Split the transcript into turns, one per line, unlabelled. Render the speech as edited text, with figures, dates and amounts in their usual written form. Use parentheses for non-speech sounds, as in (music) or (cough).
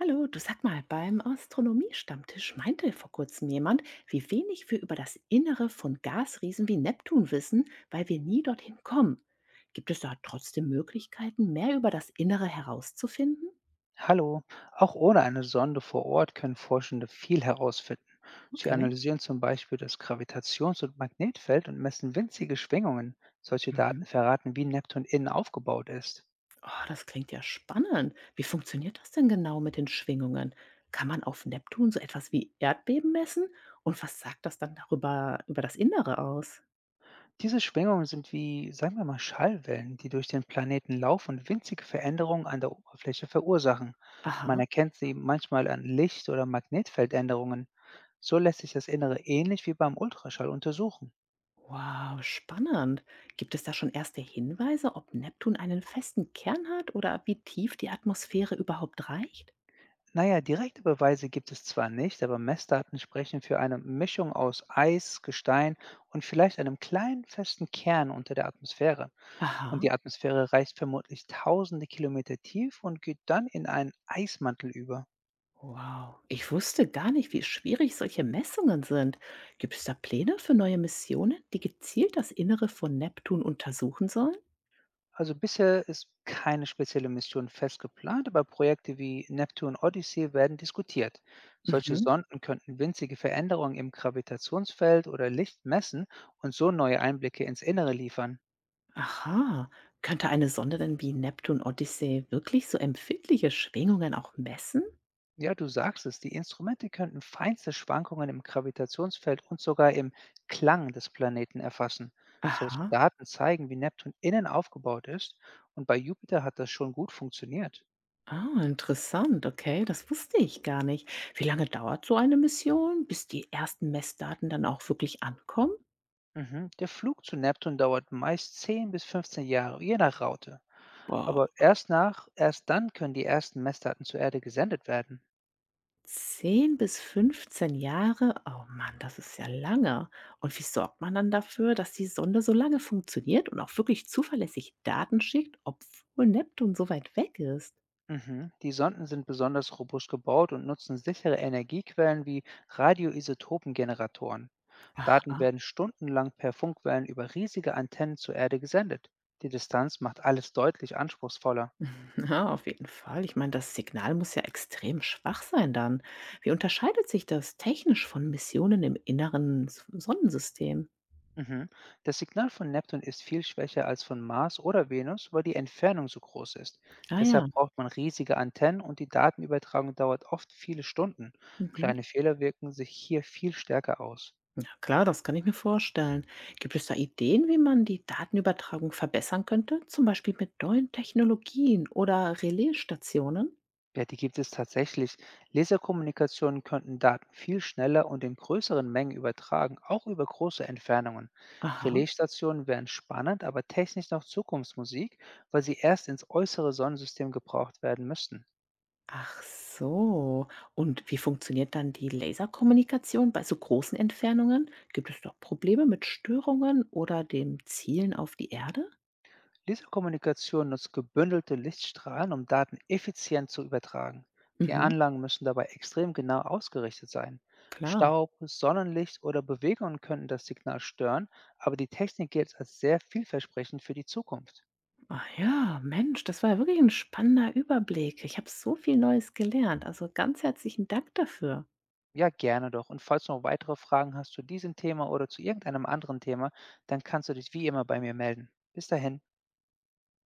Hallo, du sag mal, beim Astronomie-Stammtisch meinte vor kurzem jemand, wie wenig wir über das Innere von Gasriesen wie Neptun wissen, weil wir nie dorthin kommen. Gibt es da trotzdem Möglichkeiten, mehr über das Innere herauszufinden?
Hallo, auch ohne eine Sonde vor Ort können Forschende viel herausfinden. Sie
Okay.
analysieren zum Beispiel das Gravitations- und Magnetfeld und messen winzige Schwingungen. Solche
Mhm.
Daten verraten, wie Neptun innen aufgebaut ist.
Oh, das klingt ja spannend. Wie funktioniert das denn genau mit den Schwingungen? Kann man auf Neptun so etwas wie Erdbeben messen? Und was sagt das dann darüber über das Innere aus?
Diese Schwingungen sind wie, sagen wir mal, Schallwellen, die durch den Planeten laufen und winzige Veränderungen an der Oberfläche verursachen. Man
Aha.
erkennt sie manchmal an Licht- oder Magnetfeldänderungen. So lässt sich das Innere ähnlich wie beim Ultraschall untersuchen.
Wow, spannend. Gibt es da schon erste Hinweise, ob Neptun einen festen Kern hat oder wie tief die Atmosphäre überhaupt reicht?
Naja, direkte Beweise gibt es zwar nicht, aber Messdaten sprechen für eine Mischung aus Eis, Gestein und vielleicht einem kleinen festen Kern unter der Atmosphäre. Und
Aha,
die Atmosphäre reicht vermutlich tausende Kilometer tief und geht dann in einen Eismantel über.
wow. Ich wusste gar nicht, wie schwierig solche Messungen sind. Gibt es da Pläne für neue Missionen, die gezielt das Innere von Neptun untersuchen sollen?
Also bisher ist keine spezielle Mission fest geplant, aber Projekte wie Neptune Odyssey werden diskutiert. Solche
Mhm.
Sonden könnten winzige Veränderungen im Gravitationsfeld oder Licht messen und so neue Einblicke ins Innere liefern.
Aha, könnte eine Sonde denn wie Neptun Odyssey wirklich so empfindliche Schwingungen auch messen?
Ja, du sagst es, die Instrumente könnten feinste Schwankungen im Gravitationsfeld und sogar im Klang des Planeten erfassen. Solche
Aha.
Daten zeigen, wie Neptun innen aufgebaut ist und bei Jupiter hat das schon gut funktioniert.
Ah, interessant. Okay, das wusste ich gar nicht. Wie lange dauert so eine Mission, bis die ersten Messdaten dann auch wirklich ankommen?
Mhm. Der Flug zu Neptun dauert meist 10 bis 15 Jahre, je nach Raute.
Boah.
Erst dann können die ersten Messdaten zur Erde gesendet werden.
10 bis 15 Jahre? Oh Mann, das ist ja lange. Und wie sorgt man dann dafür, dass die Sonde so lange funktioniert und auch wirklich zuverlässig Daten schickt, obwohl Neptun so weit weg ist?
Mhm. Die Sonden sind besonders robust gebaut und nutzen sichere Energiequellen wie Radioisotopengeneratoren.
Aha.
Daten werden stundenlang per Funkwellen über riesige Antennen zur Erde gesendet. Die Distanz macht alles deutlich anspruchsvoller.
(laughs) Ja, auf jeden Fall. Ich meine, das Signal muss ja extrem schwach sein dann. Wie unterscheidet sich das technisch von Missionen im inneren Sonnensystem?
Mhm. Das Signal von Neptun ist viel schwächer als von Mars oder Venus, weil die Entfernung so groß ist.
Ah ja.
Deshalb braucht man riesige Antennen und die Datenübertragung dauert oft viele Stunden.
Mhm.
Kleine Fehler wirken sich hier viel stärker aus.
Ja, klar, das kann ich mir vorstellen. Gibt es da Ideen, wie man die Datenübertragung verbessern könnte? Zum Beispiel mit neuen Technologien oder Relaisstationen?
Ja, die gibt es tatsächlich. Laserkommunikationen könnten Daten viel schneller und in größeren Mengen übertragen, auch über große Entfernungen.
Aha.
Relaisstationen wären spannend, aber technisch noch Zukunftsmusik, weil sie erst ins äußere Sonnensystem gebraucht werden müssten.
Ach so. Und wie funktioniert dann die Laserkommunikation bei so großen Entfernungen? Gibt es doch Probleme mit Störungen oder dem Zielen auf die Erde?
Laserkommunikation nutzt gebündelte Lichtstrahlen, um Daten effizient zu übertragen. Die
Mhm,
Anlagen müssen dabei extrem genau ausgerichtet sein.
klar.
Staub, Sonnenlicht oder Bewegungen könnten das Signal stören, aber die Technik gilt als sehr vielversprechend für die Zukunft.
Ach ja, Mensch, das war ja wirklich ein spannender Überblick. Ich habe so viel Neues gelernt. Also ganz herzlichen Dank dafür.
Ja, gerne doch. Und falls du noch weitere Fragen hast zu diesem Thema oder zu irgendeinem anderen Thema, dann kannst du dich wie immer bei mir melden. Bis dahin.